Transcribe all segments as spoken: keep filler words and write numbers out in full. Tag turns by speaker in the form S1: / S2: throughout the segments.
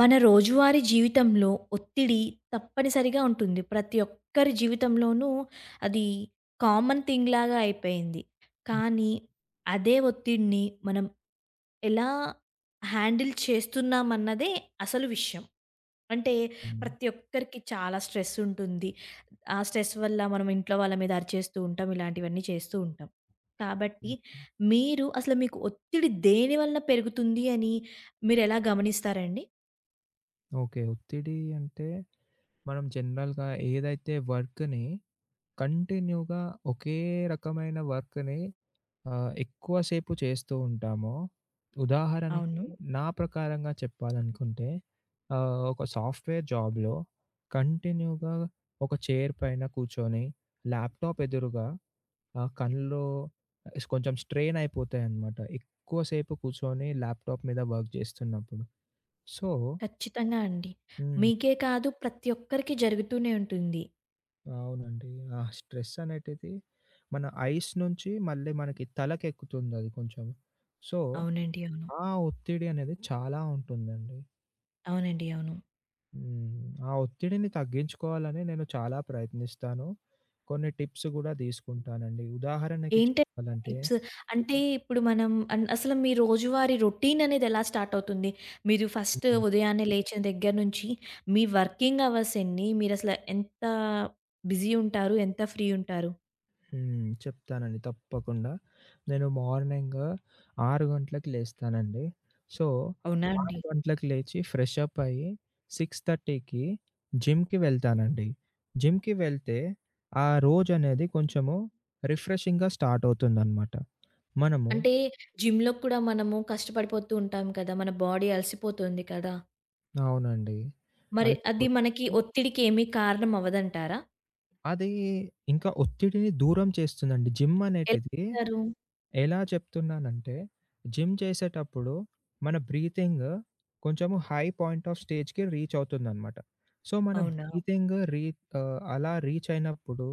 S1: మన రోజువారీ జీవితంలో ఒత్తిడి తప్పనిసరిగా ఉంటుంది. ప్రతి ఒక్కరి జీవితంలోనూ అది కామన్ థింగ్ లాగా అయిపోయింది. కానీ అదే ఒత్తిడిని మనం ఎలా హ్యాండిల్ చేస్తున్నామన్నదే అసలు విషయం. అంటే
S2: హ్మ్.
S1: ప్రతి ఒక్కరికి చాలా స్ట్రెస్ ఉంటుంది. ఆ స్ట్రెస్ వల్ల మనం ఇంట్లో వాళ్ళ మీద అరిచేస్తూ ఉంటాం. ఇలాంటివన్నీ చేస్తూ ఉంటాం. కాబట్టి
S2: హ్మ్.
S1: మీరు అసలు మీకు ఒత్తిడి దేనివల్ల పెరుగుతుంది అని మీరెలా గమనిస్తారండి?
S2: ఓకే. ఒత్తిడి అంటే మనం జనరల్‌గా ఏదైతే వర్క్‌ని కంటిన్యూగా ఒకే రకమైన వర్క్‌ని ఆహ్, ఎక్కువ సేపు చేస్తూ ఉంటామో, ఉదాహరణకి
S1: అవును.
S2: నా ప్రకారంగా చెప్పాలనుకుంటే ఆహ్, ఒక సాఫ్ట్‌వేర్ జాబ్‌లో కంటిన్యూగా ఒక చైర్ పైన కూర్చొని ల్యాప్‌టాప్ ఎదురుగా ఆహ్, కళ్ళు స్ కొంచెం స్ట్రెయిన్ అయిపోతాయన్నమాట. ఎక్కువ సేపు కూర్చొని ల్యాప్‌టాప్ మీద వర్క్ చేస్తున్నప్పుడు. సో.
S1: ఖచ్చితంగా అండి.
S2: హ్మ్.
S1: మీకే కాదు ప్రతి ఒక్కరికి జరుగుతూనే ఉంటుంది.
S2: అవునండి. ఆ స్ట్రెస్ అనేటిది మన ఐస్ నుంచి మళ్ళీ మనకి తలకెక్కుతుందది కొంచెం. సో,
S1: అవునండి. అవును.
S2: ఆ ఒత్తిడి అనేది చాలా ఉంటుందండి.
S1: అవునండి. అవును.
S2: హ్మ్. ఆ ఒత్తిడిని తగ్గించుకోవాలని నేను చాలా ప్రయత్నిస్తాను. కొన్ని టిప్స్ గూడా తీసుకుంటానండి. ఉదాహరణకి
S1: ఏంటండి ఆ
S2: చెప్పాలంటే.
S1: టిప్స్? అంటే ఇప్పుడు మనం అన్ అసలు మీ రోజువారీ రొటీన్ అనేది ఎలా స్టార్ట్ అవుతుంది? మీరు ఫస్ట్
S2: హ్మ్.
S1: ఉదయాన్నే లేచిన దగ్గర నుంచి మీ వర్కింగ్ అవర్స్ ఎన్ని? మీరసలు ఎంత బిజీ ఉంటారు? ఎంత ఫ్రీ ఉంటారు?
S2: హ్మ్. చెప్తానండి తప్పకుండా. నేను మార్నింగ్ ఆరు గంటలకి లేస్తానండి. సో,
S1: అవునా
S2: ఆరు
S1: అండి?
S2: గంటలకు లేచి ఫ్రెష్ అప్ అయ్యి 6:30కి జిమ్‌కి వెళ్తానండి. జిమ్‌కి వెళ్తే ఆ రోజనేది కొంచెము రిఫ్రెషింగ్‌గా స్టార్ట్ అవుతుందనమాట. మనము
S1: అంటే జిమ్‌లో కూడా మనము కష్టపడిపోతూ ఉంటాం కదా! మన బాడీ అలసిపోతుంది కదా!
S2: అవునండి
S1: మరి అది మనకి
S2: అలసిపోతుంది.
S1: ఒత్తిడికి ఏమీ కారణం అవ్వదంటారా?
S2: అది ఇంకా ఒత్తిడిని దూరం చేస్తుందండి. జిమ్
S1: ఎలా
S2: అనేటిది
S1: ఉంటారు?
S2: ఎలా చెప్తున్నానంటే, జిమ్ చేసేటప్పుడు మన బ్రీతింగ్ కొంచెము హై పాయింట్ ఆఫ్ స్టేజ్‌కి రీచ్ అవుతుందనమాట. సో, మన
S1: అవునా?
S2: బ్రీతింగ్ రీ ఆహ్, అలా రీచ్ అయినప్పుడు,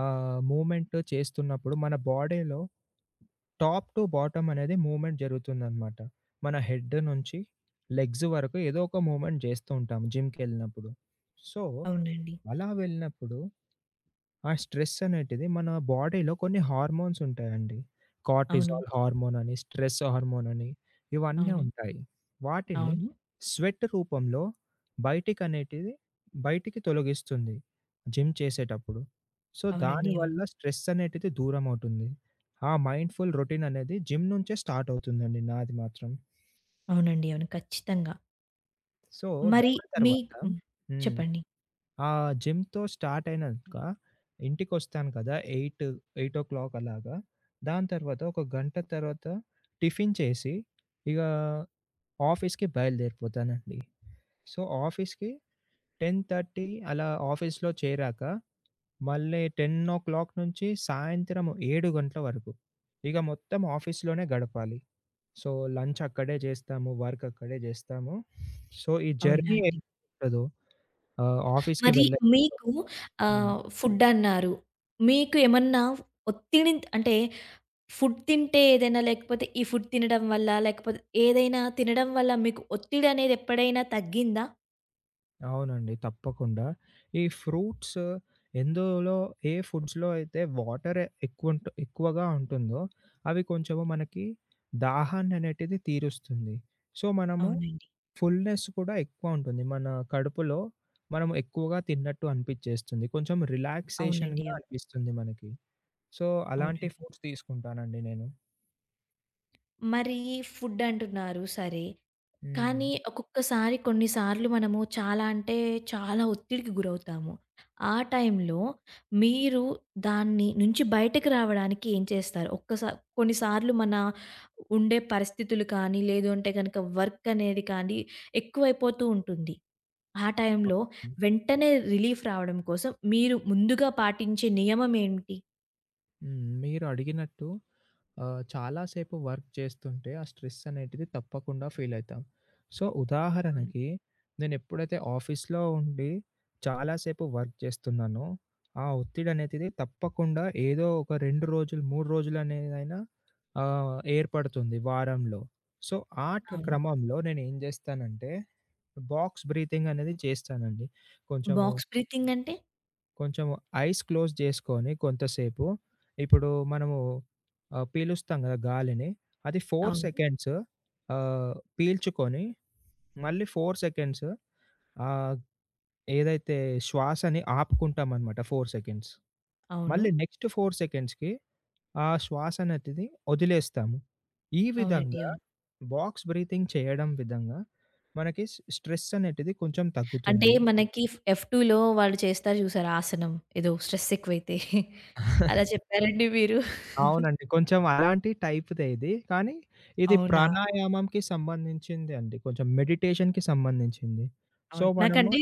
S2: ఆహ్, మూవ్‌మెంట్ చేస్తున్నప్పుడు మన బాడీలో టాప్ టు బాటమ్ అనేది మూవ్‌మెంట్ జరుగుతుందనమాట. మన హెడ్ నుంచి లెగ్స్ వరకు ఏదో ఒక మూవ్‌మెంట్ చేస్తూ ఉంటాం జిమ్‌కెళ్ళినప్పుడు. సో,
S1: అవునండి.
S2: అలా వెళ్ళినప్పుడు ఆ స్ట్రెస్ అనేటిది మన బాడీలో కొన్ని హార్మోన్స్ ఉంటాయండి.
S1: అవును.
S2: కార్టిజాల్ హార్మోన్ అని, స్ట్రెస్ హార్మోన్ అని ఇవన్నీ
S1: అవును.
S2: ఉంటాయి. వాటిని
S1: అవును.
S2: స్వెట్ రూపంలో బయటికనేటిది బయటికి తొలగిస్తుంది జిమ్ చేసేటప్పుడు. సో,
S1: అవునండి. అవును.
S2: దానివల్ల స్ట్రెస్ అనేటిది దూరమవుతుంది. ఆ మైండ్‌ఫుల్ రొటీన్ అనేది జిమ్ నుంచే స్టార్ట్ అవుతుందండి నాది మాత్రం.
S1: అవునండి. అవును. ఖచ్చితంగా.
S2: సో,
S1: మరి
S2: దాని తర్వాత.
S1: మీకు హ్మ్.
S2: హ్మ్.
S1: చెప్పండి.
S2: ఆ జిమ్‌తో స్టార్ట్ అయినంక ఇంటికొస్తాను కదా! ఎనిమిది, ఎనిమిది గంటలు అలాగా. దాని తర్వాత ఒక గంట తర్వాత టిఫిన్ చేసి, ఇగ ఆఫీస్‌కి బయలుదేరిపోతానండి. సో, ఆఫీస్‌కి పదిన్నర అలా ఆఫీస్‌లో చేరాక, మళ్ళీ పది నుంచి సాయంత్రం ఏడు గంటల వరకు ఇగ మొత్తం ఆఫీస్‌లోనే గడపాలి. సో, లంచ్ అక్కడే చేస్తాము. వర్క్ అక్కడే చేస్తాము. సో, ఈ
S1: అవునా
S2: జర్నీ
S1: అండి.
S2: ఏదైతే ఉంటదో, ఆహ్, ఆఫీస్‌కి
S1: మరి
S2: వెళ్ళే.
S1: మీకు
S2: హ్మ్.
S1: ఆహ్, ఫుడ్ అన్నారు. మీకు ఏమన్నా ఒత్తిడి అంటే ఫుడ్ తింటే ఏదైనా లేకపోతే ఈ ఫుడ్ తినడం వల్ల లేకపోతే ఏదైనా తినడం వల్ల మీకు ఒత్తిడి అనేది ఎప్పుడైనా తగ్గిందా?
S2: అవునండి. తప్పకుండా. ఈ ఫ్రూట్స్ ఎందులో ఏ ఫుడ్స్‌లో అయితే వాటర్ ఎక్కువుంట్ ఎక్కువగా ఉంటుందో, అవి కొంచెము మనకి దాహాన్ననేటిది తీరుస్తుంది. సో, మనము
S1: అవునండి.
S2: ఫుల్‌నెస్ కూడా ఎక్కువ ఉంటుంది. మన కడుపులో మనం ఎక్కువగా తిన్నట్టు అనిపిచ్చేస్తుంది. కొంచెం
S1: అవునండి.
S2: రిలాక్సేషన్‌గా
S1: అవును.
S2: అనిపిస్తుంది మనకి. సో, అలాంటి
S1: అవునండి.
S2: ఫుడ్స్ తీసుకుంటానండి నేను.
S1: మరి ఫుడ్ అంటున్నారు సరే.
S2: హ్మ్.
S1: కానీ ఒక్కొక్కసారి కొన్నిసార్లు మనము చాలా అంటే చాలా ఒత్తిడికి గురవుతాము. ఆ టైంలో మీరు దాన్ని నుంచి బయటకి రావడానికి ఏం చేస్తారు? ఒక్కసా కొన్నిసార్లు మన ఉండే పరిస్థితులు కానీ, లేదు అంటే గనక వర్క్ అనేది కానీ ఎక్కువైపోతూ ఉంటుంది. ఆ టైంలో
S2: ఓకే.
S1: వెంటనే రిలీఫ్ రావడం కోసం మీరు ముందుగా పాటించే నియమం ఏంటి?
S2: హ్మ్. మీరు అడిగినట్టు ఆహ్, చాలా సేపు వర్క్ చేస్తుంటే ఆ స్ట్రెస్ అనేటిది తప్పకుండా ఫీల్ అయితాం. సో,
S1: అవును. అవును.
S2: ఉదాహరణకి నేనెప్పుడైతే ఆఫీస్‌లో ఉండి చాలా సేపు వర్క్ చేస్తున్నానో, ఆ ఒత్తిడనేటిది తప్పకుండా ఏదో ఒక రెండు రోజులు, మూడు రోజులనేదైనా ఆహ్, ఏర్పడుతుంది వారంలో. సో, ఆ ట్ర
S1: అవును.
S2: క్రమంలో నేనేం జేస్తానంటే, బాక్స్ బ్రీతింగ్ అనేది చేస్తానండి. కొంచెము
S1: బాక్స్ బ్రీతింగ్ అంటే?
S2: కొంచెం ఐస్ క్లోజ్ చేసుకొని కొంతసేపు ఇప్పుడు మనము ఆహ్, పీలుస్తాం గదా! గాలిని. అది నాలుగు
S1: అవును.
S2: సెకండ్స్ ఆహ్, పీల్చుకొని, మళ్ళీ నాలుగు సెకండ్స్ ఆహ్, ఏదైతే శ్వాసని ఆపుకుంటామనమాట నాలుగు సెకండ్స్.
S1: అవును.
S2: మళ్ళీ నెక్స్ట్ నాలుగు సెకండ్స్‌కి ఆ శ్వాసనతిది వదిలేస్తాము. ఈ
S1: అవునండి.
S2: విధంగా
S1: అవును.
S2: బాక్స్ బ్రీతింగ్ చేయడం విధంగా మనకి స్ స్ట్రెస్ అనేటిది కొంచెం
S1: అంటే
S2: తగ్గుతుంది.
S1: మనకి ఎఫ్ టూలో వాళ్ళు చేస్తారు చూసారా ఆసనం. ఏదో స్ట్రెస్ ఎక్కువైతే. అలా చెప్పారండి మీరు?
S2: అవునండి. కొంచెం అలాంటి టైప్‌దే ఇది. కానీ ఇది
S1: అవునా?
S2: ప్రాణాయామంకి సంబంధించింది అండి. కొంచెం మెడిటేషన్‌కి సంబంధించింది. సో,
S1: అవును.
S2: మనము
S1: నాకంటే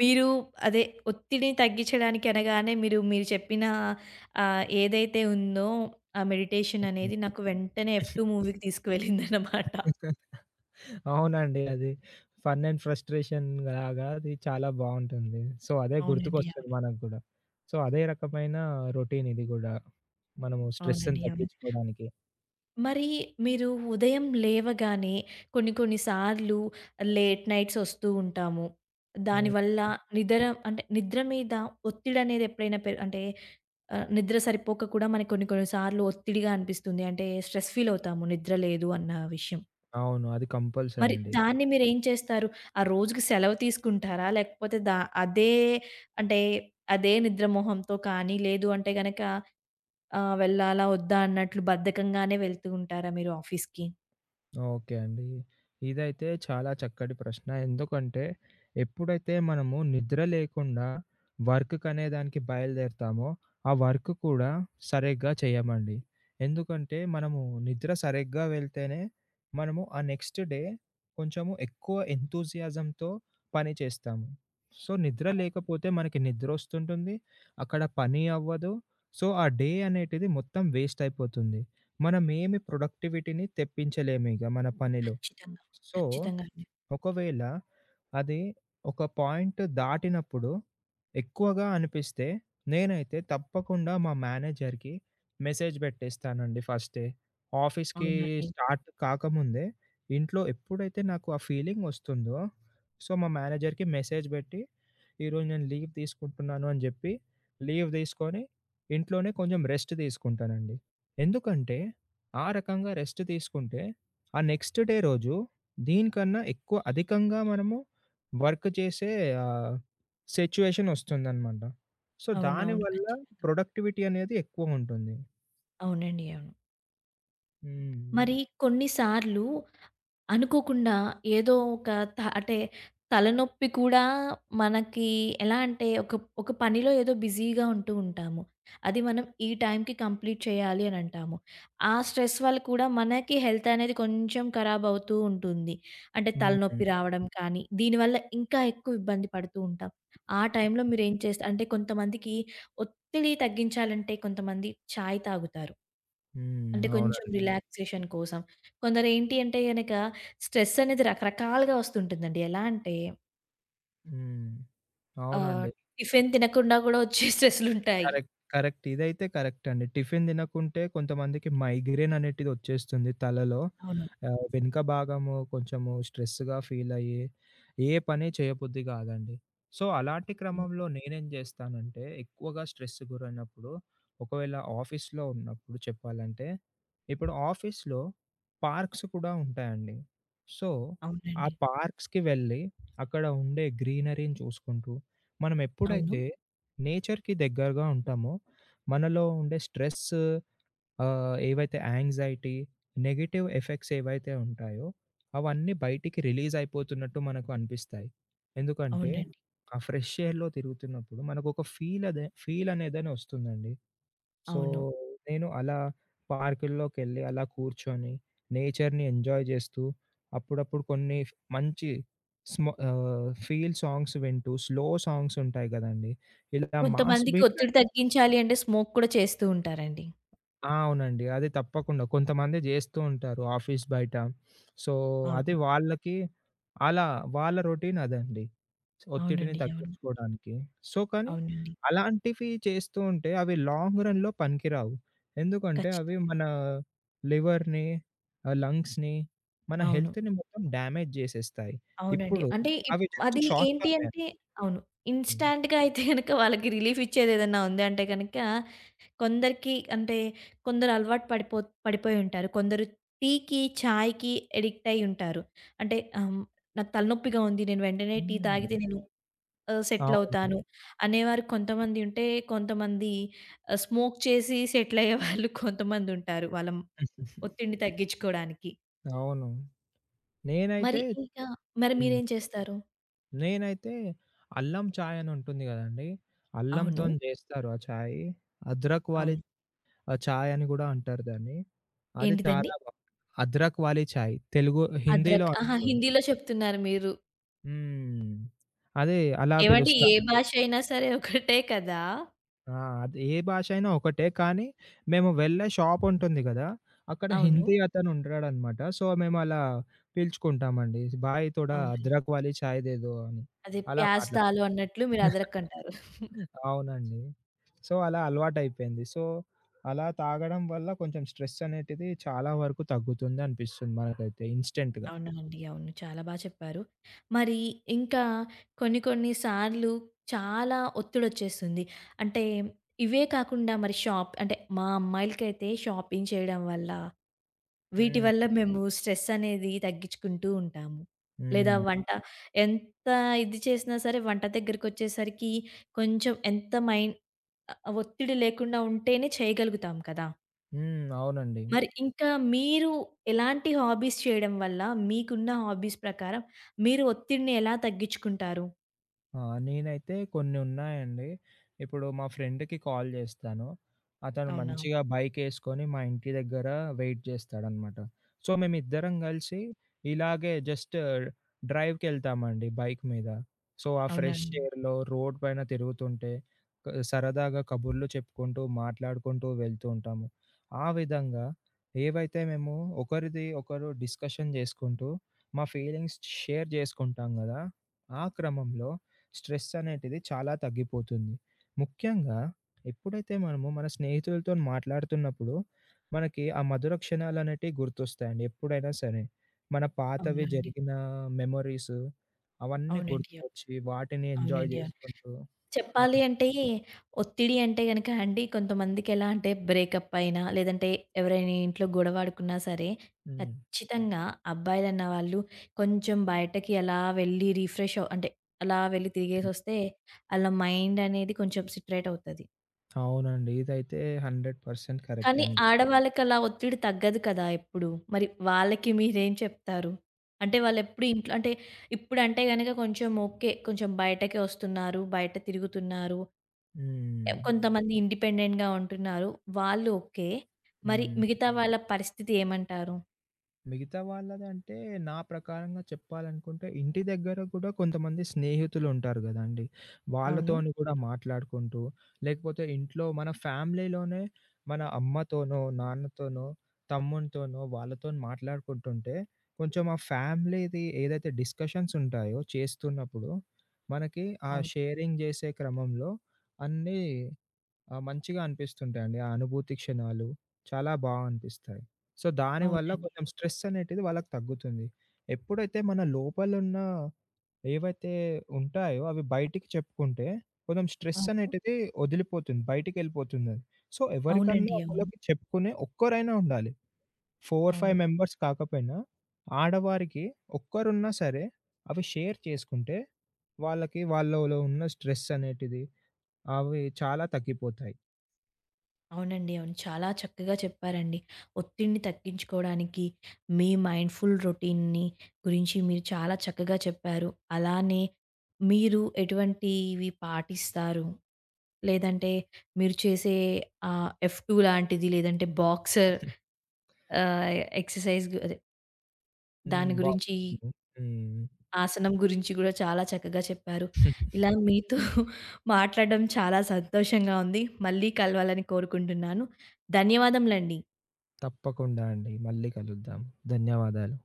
S1: మీరు అదే ఒత్తిడిని తగ్గించడానికి అనగానే మీరు, మీరు చెప్పిన ఆహ్, ఏదైతే ఉందో ఆ మెడిటేషన్ అనేది నాకు వెంటనే 'ఎఫ్ టూ' మూవీకి తీసుకువెళ్ళిందనమాట.
S2: అవునండి. అది ఫన్ అండ్ ఫ్రస్ట్రేషన్ లాగా అది చాలా బావుంటుంది. సో, అదే
S1: అవునండి.
S2: గుర్తుకొస్తది
S1: అవును.
S2: మనకు గూడా. సో, అదే రకమైన రొటీన్ ఇది గూడా, మనము స్ట్రెస్‌ని
S1: అవునండి. అవును.
S2: తగ్గించుకోవడానికి.
S1: మరి మీరు ఉదయం లేవగానే కొన్ని కొన్ని సార్లు లేట్ నైట్స్ వస్తూ ఉంటాము.
S2: హ్మ్.
S1: దానివల్ల నిద్ర అంటే నిద్ర మీద ఒత్తిడనేది ఎప్పుడైనా పె అంటే ఆహ్, నిద్ర సరిపోక కూడా మనకి కొన్ని కొన్ని సార్లు ఒత్తిడిగా అనిపిస్తుంది. అంటే స్ట్రెస్ ఫీల్ అవుతాము నిద్ర లేదు అన్న విషయం.
S2: అవును. అది కంపల్సరీ
S1: మరి
S2: అండి.
S1: దాన్ని మీరేం చేస్తారు? ఆ రోజుకి సెలవు తీసుకుంటారా? లేకపోతే దా అదే అంటే అదే నిద్ర మొహంతో కానీ లేదు అంటే గనక ఆహ్, వెళ్ళాలా? వద్దా? అన్నట్లు బద్ధకంగానే వెళ్తూ ఉంటారా మీరు ఆఫీస్‌కి?
S2: ఓకే అండి. ఇదైతే చాలా చక్కటి ప్రశ్న. ఎందుకంటే ఎప్పుడైతే మనము నిద్ర లేకుండా వర్క్‌కనే దానికి బయలుదేరతామో, ఆ వర్క్ కూడా సరిగ్గా చేయమండి. ఎందుకంటే మనము నిద్ర సరిగ్గా వెళ్తేనే మనము ఆ నెక్స్ట్ డే కొంచెము ఎక్కువ ఎంతూజియాజంతో పని చేస్తాము. సో, నిద్ర లేకపోతే మనకి నిద్రొస్తుంటుంది. అక్కడ పని అవ్వదు. సో, ఆ డే అనేటిది మొత్తం వేస్ట్ అయిపోతుంది. మనమేమి ప్రొడక్టివిటీని తెప్పించలేమిక మన పనిలో.
S1: ఖచ్చితంగా.
S2: సో,
S1: ఖచ్చితంగా అండి.
S2: ఒకవేళ అది ఒక పాయింట్ దాటినప్పుడు ఎక్కువగా అనిపిస్తే నేనైతే తప్పకుండా మా మేనేజర్‌కి మెసేజ్ పెట్టేస్తానండి ఫస్టే, ఆఫీస్‌కి
S1: అవునండి.
S2: స్టార్ట్ కాకముందే. ఇంట్లో ఎప్పుడైతే నాకు ఆ ఫీలింగ్ ఒస్తుందో, సో, మా మేనేజర్‌కి మెసేజ్ పెట్టి, "ఈరోజు నేను లీవ్ తీసుకుంటున్నాను" అని జెప్పి లీవ్ తీసుకొని ఇంట్లోనే కొంచెం రెస్ట్ తీసుకుంటానండి. ఎందుకంటే ఆ రకంగా రెస్ట్ తీసుకుంటే ఆ నెక్స్ట్ డే రోజు దీనికన్నా ఎక్కువ అధికంగా మనము వర్క్ చేసే ఆహ్, సిట్యుయేషన్ వస్తుందనమాట. సో,
S1: అవునవును.
S2: దానివల్ల
S1: ఖచ్చితంగా.
S2: ప్రొడక్టివిటీ అనేది ఎక్కువుంటుంది.
S1: అవునండి. అవును.
S2: హ్మ్.
S1: మరి కొన్ని సార్లు అనుకోకుండా ఏదో ఒక త అంటే తలనొప్పి కూడా మనకి ఎలా అంటే ఒక ఒక పనిలో ఏదో బిజీగా ఉంటూ ఉంటాము. అది మనం ఈ టైంకి కంప్లీట్ చేయాలి అని అంటాము. ఆ స్ట్రెస్ వల్ల కూడా మనకి హెల్త్ అనేది కొంచెం ఖరాబ్ అవుతూ ఉంటుంది. అంటే
S2: హ్మ్.
S1: తలనొప్పి రావడం కానీ, దీనివల్ల ఇంకా ఎక్కువ ఇబ్బంది పడుతూ ఉంటాం. ఆ టైంలో మీరేం చేస్తా అంటే కొంతమందికి ఒత్తిడి తగ్గించాలంటే కొంతమంది చాయ్ తాగుతారు.
S2: హ్మ్.
S1: అంటే హ్మ్. కొంచెం
S2: అవునండి.
S1: రిలాక్సేషన్ కోసం. కొందరేంటి అంటే గనక స్ట్రెస్ అనేది రకరకాలుగా వస్తుంటుందండి. ఎలా అంటే
S2: హ్మ్.
S1: ఆహ్,
S2: అవునండి.
S1: టిఫిన్ తినకుండా గూడా వచ్చే స్ట్రెస్‌లుంటాయి.
S2: కరెక్ట్. కరెక్ట్. ఇదైతే కరెక్ట్ అండి. టిఫిన్ తినకుంటే కొంతమందికి మైగ్రేన్ అనేటిది వచ్చేస్తుంది తలలో.
S1: అవును.
S2: ఆహ్, వెనుక భాగము కొంచెము స్ట్రెస్‌గా ఫీల్ అయ్యి, ఏ పని చేయబుద్ధి కాదండి. సో, అలాంటి
S1: హ్మ్.
S2: క్రమంలో నేనేం చేస్తానంటే, ఎక్కువగా స్ట్రెస్ గురైనప్పుడు, ఒకవేళ ఆఫీస్‌లో ఉన్నప్పుడు చెప్పాలంటే, ఇప్పుడు ఆఫీస్‌లో పార్క్స్ కూడా ఉంటాయండి. సో, ఆ
S1: అవునండి.
S2: పార్క్స్‌కి వెళ్ళి, అక్కడ ఉండే గ్రీనరీని చూసుకుంటూ, మనం
S1: అవును.
S2: ఎప్పుడైతే నేచర్‌కి దగ్గరగా ఉంటామో, మనలో ఉండే స్ట్రెస్, ఆహ్, ఏవైతే యాంగ్జైటీ, నెగెటివ్ ఎఫెక్ట్స్ ఏవైతే ఉంటాయో, అవన్నీ బయటికి రిలీజ్ అయిపోతున్నట్టు మనకు అనిపిస్తాయి. ఎందుకంటే,
S1: అవునండి.
S2: ఆ ఫ్రెష్ ఎయిర్‌లో తిరుగుతున్నప్పుడు మనకొక ఫీల్ అదే ఫీల్ అనేదని వస్తుందండి. సో,
S1: అవును.
S2: నేను అలా పార్కుల్లోకెళ్ళి, అలా కూర్చొని, నేచర్‌ని ఎంజాయ్ జేస్తూ, అప్పుడప్పుడు కొన్ని ఫ్ మంచి స్మ ఆహ్, ఫీల్ సాంగ్స్ వింటూ, స్లో సాంగ్స్ ఉంటాయి గదండీ! ఇలా మాస్
S1: కొంతమందికి ఒత్తిడి
S2: బీట్లంటే.
S1: తగ్గించాలి అంటే స్మోక్ కూడా చేస్తూ ఉంటారండి.
S2: ఆ! అవునండి. అది తప్పకుండా. కొంతమంది జేస్తూ ఉంటారు ఆఫీస్ బయట. సో, అది
S1: అవును.
S2: వాళ్ళకి అలా వాళ్ళ రొటీన్ అదండి, ఒత్తిడిని
S1: అవునండి. అవును.
S2: తగ్గించుకోడానికి. సో, కానీ
S1: అవునండి.
S2: అలాంటివి చేస్తూ ఉంటే అవి లాంగ్ రన్‌లో పనికిరావు. ఎందుకంటే అవి
S1: ఖచ్చితంగా.
S2: మన లివర్‌ని, ఆహ్, లంగ్స్‌ని, మన
S1: అవును.
S2: హెల్త్‌ని మొత్తం డ్యామేజ్ చేసేస్తాయి.
S1: అవునండి.
S2: ఇప్పుడు
S1: అంటే ఇప్
S2: అవి జస్ట్
S1: అది
S2: షార్ట్
S1: ఏంటి
S2: టర్మే అండి.
S1: అంటే అవును.
S2: హ్మ్.
S1: ఇన్‌స్టాంట్‌గా అయితే గనక వాళ్ళకి రిలీఫ్ ఇచ్చేదేదన్నా ఉంది అంటే గనక కొందరికి అంటే కొందరు అలవాటు పడిపో పడిపోయి ఉంటారు. కొందరు టీకి, చాయ్‌కి అడిక్ట్ అయ్యి ఉంటారు. అంటే ఆహ్, నాకు తలనొప్పిగా ఉంది. నేను వెంటనే టీ తాగితే నేను ఆహ్, సెటిల్
S2: అవును.
S1: అవుతాను అనేవారు కొంతమంది ఉంటే, కొంతమంది ఆహ్, స్మోక్ చేసి సెటిల్ అయ్యేవాళ్ళు కొంతమంది ఉంటారు. వాళ్ళ ఒత్తిడిని తగ్గించుకోవడానికి.
S2: అవును.
S1: మరి
S2: నేనైతే.
S1: ఇంకా మరి
S2: హ్మ్.
S1: మీరేం చేస్తారు?
S2: నేనైతే అల్లం చాయ్ అని ఉంటుంది కదండీ!
S1: అవును.
S2: అల్లంతోని చేస్తారు ఆ చాయ్. అద్రక్ వాలీ.
S1: అవును.
S2: ఆ! చాయ్ అని గూడా అంటారు దాన్ని. అది
S1: ఏంటిదండి?
S2: చాలా బా. అద్రక్ వాలీ చాయ్ తెలుగు హిందీలో
S1: అద్రక్ ఆహా!
S2: అంటారు.
S1: హిందీలో చెప్తున్నారు మీరు.
S2: హ్మ్. అదే అలా
S1: ఏవండి ఏ
S2: పిలుస్తామండి.
S1: భాష అయినా సరే ఒకటే కదా!
S2: ఆ! అది ఏ భాష అయినా ఒకటే. కానీ మేము వెళ్ళే షాప్ ఉంటుంది గదా! అక్కడ
S1: అవును.
S2: హిందీ అతను ఉంటాడనమాట. సో, మేము అలా పిలుచుకుంటామండి. "భాయ్ తోడా
S1: అవునండి.
S2: అద్రక్ వాలీ చాయ్ దే దో" అని.
S1: అదే
S2: అలా
S1: ప్యాజ్ దాలు
S2: మాట్లాడుకుంటాం.
S1: అన్నట్లు మీరు అదరకంటారు.
S2: అవునండి. సో, అలా అలవాటయిపోయింది. సో, అలా తాగడం వల్ల కొంచెం స్ట్రెస్ అనేటిది చాలా వరకు తగ్గుతుంది అనిపిస్తుంది మనకైతే ఇన్‌స్టంట్‌గా.
S1: అవునండి. అవును. చాలా బా చెప్పారు. మరి ఇంకా కొన్ని కొన్ని సార్లు చాలా ఒత్తిడొచ్చేస్తుంది. అంటే ఇవే కాకుండా మరి షాప్ అంటే మా అమ్మాయిలకైతే షాపింగ్ చేయడం వల్ల, వీటి వల్ల
S2: హ్మ్.
S1: మేము స్ట్రెస్ అనేది తగ్గించుకుంటూ ఉంటాము. లేదా
S2: హ్మ్.
S1: వంట ఎంత ఇది చేసినా సరే వంట దగ్గరకొచ్చేసరికి కొంచెం ఎంత మైండ్ ఆహ్, ఒత్తిడి లేకుండా ఉంటేనే చేయగలుగుతాం కదా!
S2: హ్మ్. అవునండి.
S1: మరి ఇంకా మీరు ఎలాంటి హాబీస్ చేయడం వల్ల, మీకున్న హాబీస్ ప్రకారం మీరు ఒత్తిడిని ఎలా తగ్గించుకుంటారు?
S2: ఆ! నేనైతే కొన్ని ఉన్నాయండి. ఇప్పుడు మా ఫ్రెండ్‌కి కాల్ జేస్తాను. అతను
S1: అవునా?
S2: మంచిగా బైకేసుకొని మా ఇంటి దగ్గర వెయిట్ జేస్తాడనమాట. సో, మేమిద్దరం గలిసి ఇలాగే జస్ట్ డ్రైవ్‌కెళ్తామండి బైక్ మీద. సో, ఆ
S1: అవునా
S2: ఫ్రెష్
S1: అండి.
S2: ఎయిర్‌లో రోడ్ పైన తిరుగుతుంటే క సరదాగా కబుర్లు చెప్పుకుంటూ, మాట్లాడుకుంటూ వెళ్తూ ఉంటాము. ఆ విధంగా ఏవైతే మేము ఒకరిది ఒకరు డిస్కషన్ జేసుకుంటూ, మా ఫీలింగ్స్ షేర్ జేసుకుంటాం గదా! ఆ క్రమంలో స్ట్రెస్ అనేటిది చాలా తగ్గిపోతుంది. ముఖ్యంగా ఎప్పుడైతే మనము మన స్నేహితులతోని మాట్లాడుతున్నప్పుడు, మనకి ఆ మధుర క్షణాలనేటివి గుర్తొస్తాయండి ఎప్పుడైనా సరే. మన పాతవి
S1: అవునా అండి.
S2: జరిగిన మెమోరీస్ అవన్నీ
S1: అవునండి. అవును.
S2: గుర్తుకొచ్చి, వాటిని ఎంజాయ్
S1: అవునండి. అవును.
S2: చేసుకుంటూ
S1: చెప్పాలి
S2: అది.
S1: అంటే, ఒత్తిడి అంటే గనక అండి కొంతమందికెలా అంటే బ్రేకప్ అయినా, లేదంటే ఎవరైనా ఇంట్లో గొడవాడుకున్నా సరే,
S2: హ్మ్.
S1: ఖచ్చితంగా అబ్బాయిలన్న వాళ్ళు కొంచెం బయటకి అలా వెళ్లి రిఫ్రెష్ అవ్ అంటే అలా వెళ్లి తిరిగేసొస్తే, ఆళ్ళ మైండ్ అనేది కొంచెం సెటరేట్ అవుతది.
S2: అవునండి. ఇదైతే నూరు శాతం కరెక్ట్
S1: కానీ
S2: అండి.
S1: ఆడవాళ్ళకలా ఒత్తిడి తగ్గదు కదా ఎప్పుడు. మరి వాళ్ళకి మీరేం చెప్తారు? అంటే వాళ్ళెప్పుడు ఇంట్లో అంటే ఇప్పుడంటే గనక కొంచెం ఓకే. కొంచెం బయటకే ఒస్తున్నారు. బయట తిరుగుతున్నారు. ఎ
S2: హ్మ్.
S1: కొంతమంది ఇండిపెండెంట్‌గా ఉంటున్నారు. వాళ్ళు ఓకే. మరి
S2: హ్మ్.
S1: మిగతా వాళ్ళ పరిస్థితి ఏమంటారు?
S2: మిగతా వాళ్ళదంటే నా ప్రకారంగా చెప్పాలనుకుంటే ఇంటి దగ్గర కూడా కొంతమంది స్నేహితులుంటారు గదండీ!
S1: అవును.
S2: వాళ్ళతోని కూడా మాట్లాడుకుంటూ, లేకపోతే ఇంట్లో మన ఫ్యామిలీలోనే మన అమ్మతోనో, నాన్నతోనో, తమ్మునితోనో వాళ్ళతోని మాట్లాడుకుంటుంటే, కొంచెం ఆ ఫ్యామిలీది ఏదైతే డిస్కషన్స్ ఉంటాయో చేస్తున్నప్పుడు, మనకి ఆ
S1: అవును.
S2: షేరింగ్ జేసే క్రమంలో అన్నీ, ఆ! మంచిగా అనిపిస్తుంటాయండి. ఆ అనుభూతి క్షణాలు చాలా బా అనిపిస్తాయి. సో, దానివల్ల
S1: అవునండి.
S2: కొంచెం స్ట్రెస్ అనేటిది వాళ్ళకి తగ్గుతుంది. ఎప్పుడైతే మన లోపలున్న ఏవైతే ఉంటాయో అవి బయటికి చెప్పుకుంటే కొంచెం స్ట్రెస్
S1: అవును.
S2: అనేటిది వదిలిపోతుంది. బయటికెళ్ళిపోతుందది. సో, ఎవరికన్నా
S1: అవునండి. అవును.
S2: ఒకళ్ళకి చెప్పుకునే ఒక్కరైనా ఉండాలి. నాలుగు,
S1: అవును.
S2: ఐదు మెంబర్స్ కాకపోయినా ఆడవారికి ఒక్కరున్నా సరే అవి షేర్ చేసుకుంటే వాళ్ళకి వాళ్ళలో ఉన్న స్ట్రెస్ అనేటిది అవి చాలా తగ్గిపోతాయి.
S1: అవునండి. అవును. చాలా చక్కగా చెప్పారండి. ఒత్తిడిని తగ్గించుకోవడానికి మీ మైండ్‌ఫుల్ రొటీన్‌ని గురించి మీరు చాలా చక్కగా చెప్పారు. అలానే మీరు ఎటువంటివి పాటిస్తారు? లేదంటే మీరు చేసే ఆహ్, ఎఫ్ టూ లాంటిది లేదంటే బాక్సర్ ఆహ్, ఎక్సర్‌సైజ్ అదే
S2: హ్మ్.
S1: దాని
S2: బాగా
S1: గురించి
S2: చెప్పారు. హ్మ్.
S1: ఆసనం గురించి గూడా చాలా చక్కగా చెప్పారు. ఇలా మీతో మాట్లాడడం చాలా సంతోషంగా ఉంది. మళ్ళీ కలవాలని కోరుకుంటున్నాను. ధన్యవాదములండి.
S2: తప్పకుండా అండి. మళ్ళీ కలుద్దాం. ధన్యవాదాలు.